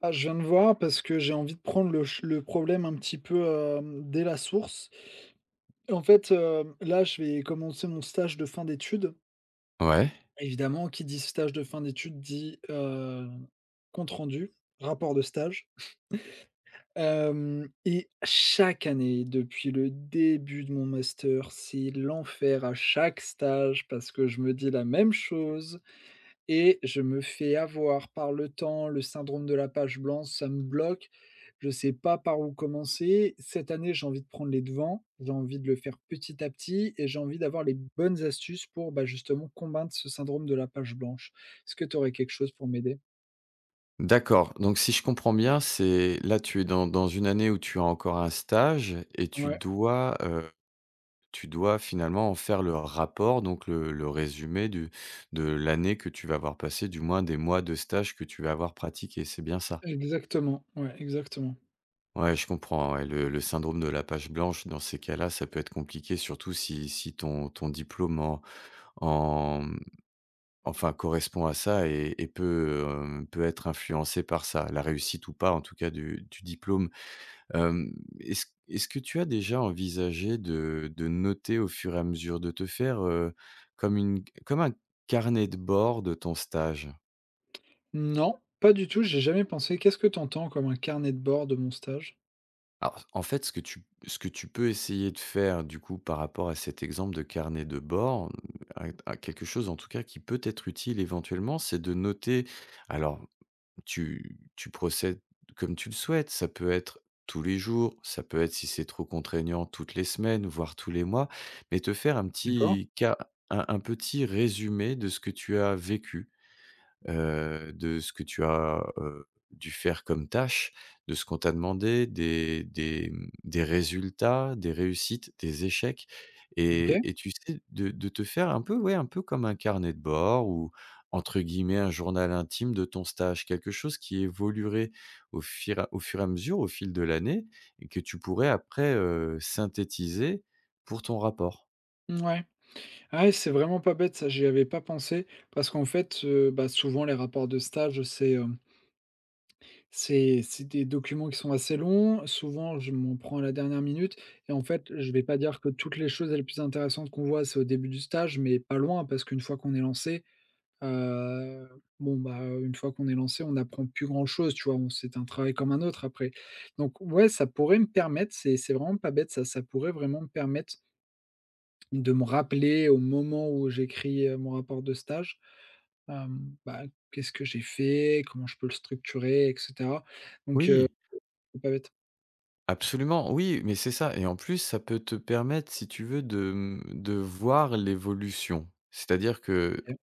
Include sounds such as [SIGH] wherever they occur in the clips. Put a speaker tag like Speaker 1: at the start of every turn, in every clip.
Speaker 1: Ah, je viens de voir parce que j'ai envie de prendre le problème un petit peu, dès la source. En fait, là, je vais commencer mon stage de fin d'études.
Speaker 2: Ouais,
Speaker 1: Évidemment, qui dit stage de fin d'études dit, compte rendu, rapport de stage. Hem Et chaque année, depuis le début de mon master, c'est l'enfer à chaque stage parce que je me dis la même chose. Et je me fais avoir par le temps, le syndrome de la page blanche, ça me bloque. Je sais pas par où commencer. Cette année, j'ai envie de prendre les devants, j'ai envie de le faire petit à petit et j'ai envie d'avoir les bonnes astuces pour, bah, justement combattre ce syndrome de la page blanche. Est-ce que tu aurais quelque chose pour m'aider?
Speaker 2: d'accord. Donc si je comprends bien, c'est là tu es dans une année où tu as encore un stage et
Speaker 1: Ouais,
Speaker 2: tu dois finalement en faire le rapport, donc le résumé du de l'année que tu vas avoir passée, du moins des mois de stage que tu vas avoir pratiqué, c'est bien ça?
Speaker 1: exactement, ouais, exactement.
Speaker 2: Ouais, je comprends, ouais, le syndrome de la page blanche dans ces cas-là, ça peut être compliqué, surtout si ton diplôme en correspond à ça et peut, peut être influencé par ça, la réussite ou pas en tout cas du diplôme. Hem, est-ce que tu as déjà envisagé de noter au fur et à mesure, de te faire, comme une comme un carnet de bord de ton stage?
Speaker 1: Non, pas du tout, j'ai jamais pensé. Qu'est-ce que tu entends comme un carnet de bord de mon stage?
Speaker 2: Alors, en fait, ce que tu peux essayer de faire du coup par rapport à cet exemple de carnet de bord, à quelque chose en tout cas qui peut être utile éventuellement, c'est de noter, alors, tu procèdes comme tu le souhaites. Ça peut être tous les jours, ça peut être, si c'est trop contraignant, toutes les semaines, voire tous les mois, mais te faire un
Speaker 1: D'accord,
Speaker 2: petit cas, un petit résumé de ce que tu as vécu, de ce que tu as, dû faire comme tâche, de ce qu'on t'a demandé, des résultats, des réussites, des échecs,
Speaker 1: OK.
Speaker 2: et tu sais, de te faire un peu, ouais, un peu comme un carnet de bord ou, entre guillemets, «un journal intime» de ton stage. Quelque chose qui évoluerait au fur et à mesure, au fil de l'année et que tu pourrais après, synthétiser pour ton rapport.
Speaker 1: Ouais. Ah ouais, c'est vraiment pas bête ça, j'y avais pas pensé parce qu'en fait, bah, souvent les rapports de stage, c'est, c'est des documents qui sont assez longs. Souvent, je m'en prends à la dernière minute et en fait, je vais pas dire que toutes les choses les plus intéressantes qu'on voit, c'est au début du stage, mais pas loin parce qu'une fois qu'on est lancé, heu, bon, bah, une fois qu'on est lancé, on n'apprend plus grand-chose, tu vois? On c'est un travail comme un autre après. Donc ouais, ça pourrait me permettre, c'est vraiment pas bête ça, ça pourrait vraiment me permettre de me rappeler au moment où j'écris, mon rapport de stage, bah, qu'est-ce que j'ai fait? Comment je peux le structurer et cetera? Donc
Speaker 2: Oui.
Speaker 1: c'est pas bête.
Speaker 2: Absolument, oui, mais c'est ça et en plus, ça peut te permettre, si tu veux, de, de voir l'évolution. C'est-à-dire que,
Speaker 1: OK.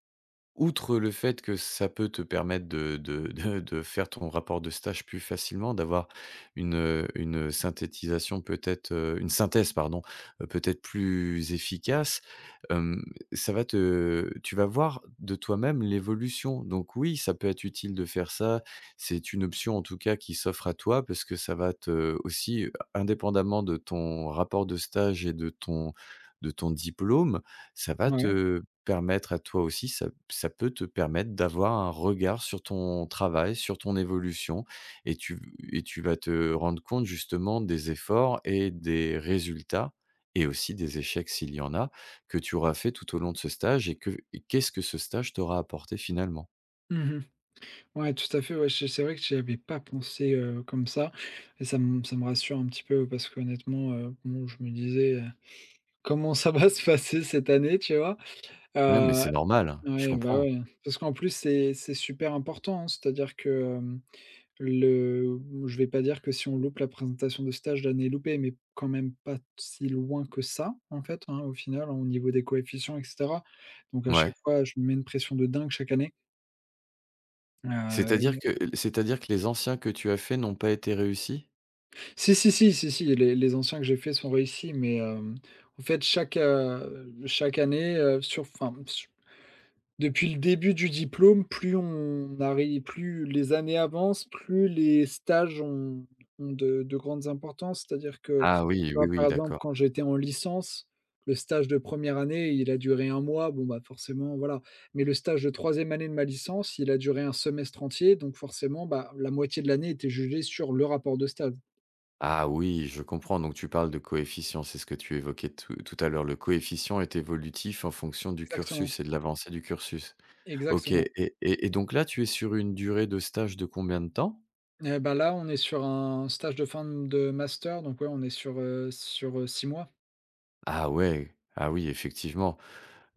Speaker 2: outre le fait que ça peut te permettre de faire ton rapport de stage plus facilement, d'avoir une, une synthétisation peut-être, une synthèse pardon, peut-être plus efficace, hem, ça va te tu vas voir de toi-même l'évolution. Donc oui, ça peut être utile de faire ça. C'est une option en tout cas qui s'offre à toi parce que ça va te aussi, indépendamment de ton rapport de stage et de ton diplôme, ça va
Speaker 1: Ouais.
Speaker 2: te permettre à toi aussi, ça peut te permettre d'avoir un regard sur ton travail, sur ton évolution et tu vas te rendre compte justement des efforts et des résultats et aussi des échecs s'il y en a, que tu auras fait tout au long de ce stage et que et qu'est-ce que ce stage t'aura apporté finalement?
Speaker 1: Mmh. Ouais, tout à fait, ouais, c'est vrai que j'y avais pas pensé, comme ça et ça me rassure un petit peu parce qu'honnêtement, bon, je me disais, «Comment ça va [LAUGHS] se passer cette année?» Tu vois?
Speaker 2: Ouais, mais
Speaker 1: Heu,
Speaker 2: c'est normal, hein, je
Speaker 1: ouais, bah,
Speaker 2: comprends.
Speaker 1: ouais, parce qu'en plus c'est super important, hein, c'est-à-dire que Le je vais pas dire que si on loupe la présentation de stage, l'année est loupée, mais quand même pas si loin que ça, en fait, hein, au final, hein, au niveau des coefficients et cetera. Donc à
Speaker 2: Ouais.
Speaker 1: chaque fois, je me mets une pression de dingue chaque année. Heu,
Speaker 2: C'est-à-dire que C'est-à-dire que les anciens que tu as faits n'ont pas été réussis?
Speaker 1: si, si, si, si, si, les anciens que j'ai faits sont réussis, mais, en fait, chaque année, depuis le début du diplôme, plus on arrive plus les années avancent, plus les stages ont de grandes importances. C'est-à-dire que,
Speaker 2: Ah
Speaker 1: tu
Speaker 2: oui,
Speaker 1: vois,
Speaker 2: oui, oui,
Speaker 1: par exemple,
Speaker 2: d'accord.
Speaker 1: quand j'étais en licence, le stage de première année, il a duré un mois, bon, bah, forcément, voilà. Mais le stage de troisième année de ma licence, il a duré un semestre entier, donc forcément, bah, la moitié de l'année était jugée sur le rapport de stage.
Speaker 2: Ah oui, je comprends. Donc tu parles de coefficient, c'est ce que tu évoquais tout à l'heure. Le coefficient est évolutif en fonction du
Speaker 1: Exactement,
Speaker 2: cursus et de l'avancée du cursus. Ok,
Speaker 1: exactement.
Speaker 2: et donc là, tu es sur une durée de stage de combien de temps?
Speaker 1: Et bah, là, on est sur un stage de fin de master, donc ouais, on est sur, 6 mois.
Speaker 2: Ah ouais, ah oui, effectivement.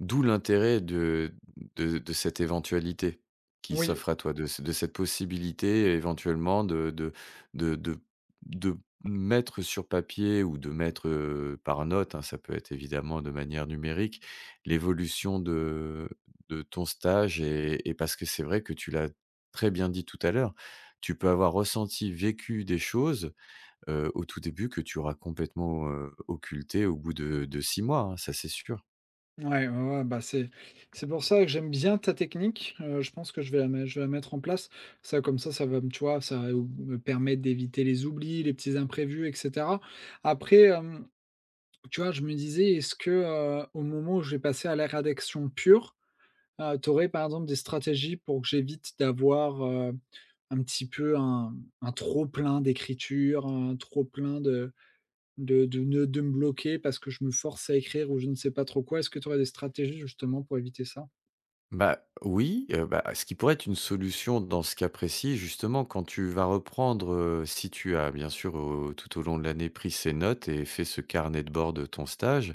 Speaker 2: D'où l'intérêt de cette éventualité qui
Speaker 1: Oui.
Speaker 2: s'offre à toi, de cette possibilité éventuellement de de de mettre sur papier ou de mettre, par note, hein, ça peut être évidemment de manière numérique, l'évolution de ton stage et parce que c'est vrai que tu l'as très bien dit tout à l'heure, tu peux avoir ressenti, vécu des choses, au tout début, que tu auras complètement, occultées au bout de 6 mois, hein, ça c'est sûr.
Speaker 1: Ouais, ouais, ouais, bah, c'est pour ça que j'aime bien ta technique, je pense que je vais la mettre en place. Ça, comme ça va me tu vois, ça va ou me permettre d'éviter les oublis, les petits imprévus et cetera. Après, tu vois, je me disais, est-ce que, au moment où je vais passer à la rédaction pure, tu aurais, par exemple, des stratégies pour que j'évite d'avoir, un petit peu un trop plein d'écriture, un trop plein de ne de me bloquer parce que je me force à écrire ou je ne sais pas trop quoi. Est-ce que tu aurais des stratégies justement pour éviter ça?
Speaker 2: Bah, oui, bah, ce qui pourrait être une solution dans ce cas précis, justement, quand tu vas reprendre, si tu as bien sûr, au tout au long de l'année, pris ces notes et fait ce carnet de bord de ton stage,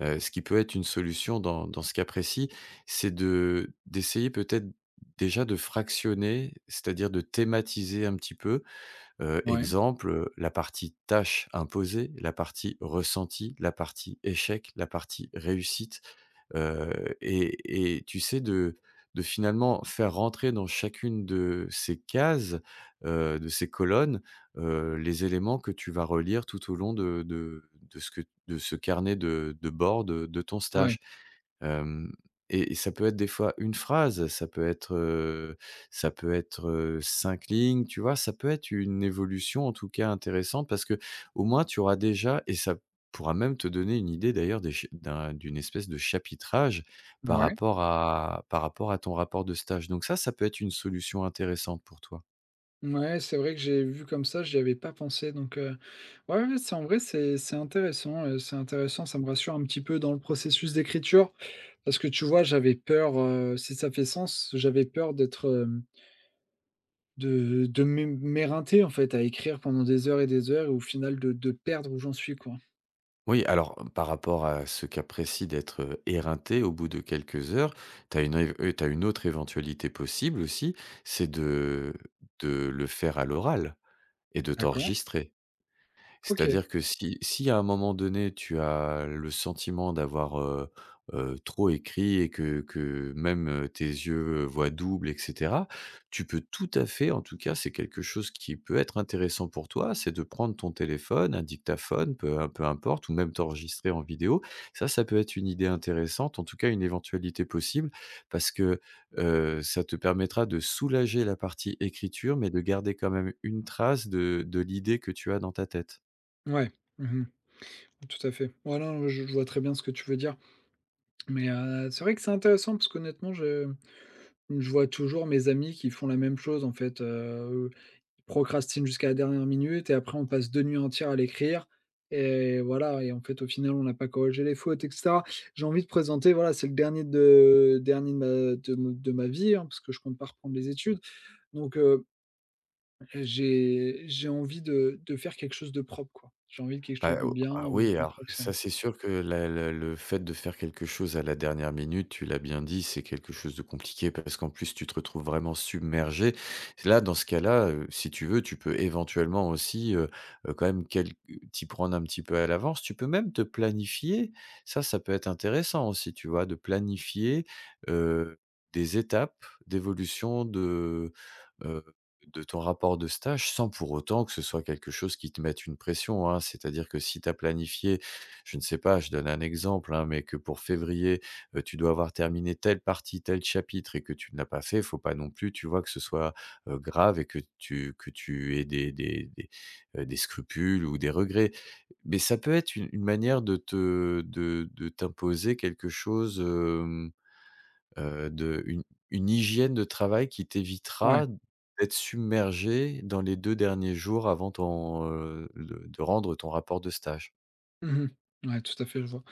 Speaker 2: ce qui peut être une solution dans ce cas précis, c'est de d'essayer peut-être déjà de fractionner, c'est-à-dire de thématiser un petit peu,
Speaker 1: Ouais,
Speaker 2: exemple, la partie tâche imposée, la partie ressenti, la partie échec, la partie réussite. Et tu sais, de finalement faire rentrer dans chacune de ces cases, de ces colonnes, les éléments que tu vas relire tout au long de ce que de ce carnet de bord de ton
Speaker 1: ouais,
Speaker 2: stage. Hem et ça peut être des fois une phrase, ça peut être, 5 lignes, tu vois? Ça peut être une évolution en tout cas intéressante parce que au moins tu auras déjà, et ça pourra même te donner une idée d'ailleurs des ch d'une espèce de chapitrage
Speaker 1: ouais.
Speaker 2: par rapport à ton rapport de stage. Donc ça peut être une solution intéressante pour toi.
Speaker 1: Ouais, c'est vrai que j'ai vu comme ça, j'y avais pas pensé ouais, ouais, c'est en vrai, c'est intéressant, c'est intéressant, ça me rassure un petit peu dans le processus d'écriture parce que tu vois, j'avais peur, si ça fait sens, j'avais peur d'être, de m'éreinter en fait à écrire pendant des heures et au final de perdre où j'en suis, quoi.
Speaker 2: Oui, alors par rapport à ce qui apprécient d'être, éreintés au bout de quelques heures, tu as une, t'as une autre éventualité possible aussi, c'est de le faire à l'oral et de
Speaker 1: D'accord,
Speaker 2: t'enregistrer.
Speaker 1: OK,
Speaker 2: C'est-à-dire que si à un moment donné, tu as le sentiment d'avoir, trop écrit et que même, tes yeux, voient double et cetera, tu peux tout à fait, en tout cas, c'est quelque chose qui peut être intéressant pour toi, c'est de prendre ton téléphone, un dictaphone, peu importe, ou même t'enregistrer en vidéo. Ça peut être une idée intéressante, en tout cas une éventualité possible parce que, ça te permettra de soulager la partie écriture mais de garder quand même une trace de l'idée que tu as dans ta tête.
Speaker 1: ouais. Mmh. Tout à fait. Ouais, non, je vois très bien ce que tu veux dire. Mais c'est vrai que c'est intéressant parce qu'honnêtement, je vois toujours mes amis qui font la même chose en fait, ils procrastinent jusqu'à la dernière minute et après on passe 2 nuits entières à l'écrire et voilà et en fait, au final, on n'a pas corrigé les fautes et cetera. J'ai envie de présenter, voilà, c'est le dernier de ma de ma vie, hein, parce que je compte pas reprendre les études. Donc j'ai envie de faire quelque chose de propre, quoi. J'ai envie de quelque chose
Speaker 2: Bah,
Speaker 1: de bien
Speaker 2: ah
Speaker 1: où
Speaker 2: oui,
Speaker 1: je me
Speaker 2: alors
Speaker 1: perfectionne.
Speaker 2: ça, c'est sûr que la le fait de faire quelque chose à la dernière minute, tu l'as bien dit, c'est quelque chose de compliqué parce qu'en plus, tu te retrouves vraiment submergé. Là, dans ce cas-là, si tu veux, tu peux éventuellement aussi, quand même quel t'y prendre un petit peu à l'avance. Tu peux même te planifier. Ça peut être intéressant aussi, tu vois? De planifier, heu, des étapes d'évolution de ton rapport de stage sans pour autant que ce soit quelque chose qui te mette une pression, hein. C'est-à-dire que si tu as planifié, je ne sais pas, je donne un exemple, hein, mais que pour février, tu dois avoir terminé telle partie, tel chapitre et que tu ne l'as pas fait, faut pas non plus, tu vois, que ce soit, grave et que tu aies des scrupules ou des regrets. Mais ça peut être une manière de t'imposer quelque chose, hem de une hygiène de travail qui
Speaker 1: Ouais.
Speaker 2: t'évitera d'être submergé dans les 2 derniers jours avant ton, le de rendre ton rapport de stage.
Speaker 1: Mmh. Ouais, tout à fait, je vois.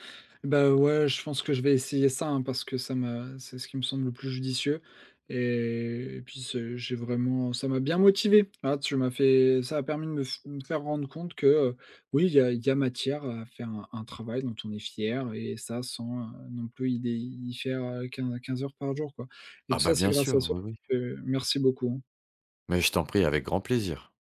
Speaker 1: Bah, ouais, je pense que je vais essayer ça, hein, parce que ça me c'est ce qui me semble le plus judicieux et puis c'est j'ai vraiment ça m'a bien motivé. Là, tu m'as fait ça a permis de me f me faire rendre compte que, oui, il y a matière à faire un travail dont on est fier et ça sans, non plus y faire, quin 15 heures par jour, quoi et
Speaker 2: Ah
Speaker 1: tout
Speaker 2: bah,
Speaker 1: ça, c'est
Speaker 2: bien
Speaker 1: grâce à
Speaker 2: sûr,
Speaker 1: toi,
Speaker 2: oui, oui.
Speaker 1: donc merci beaucoup, hein.
Speaker 2: Mais je t'en prie, avec grand plaisir.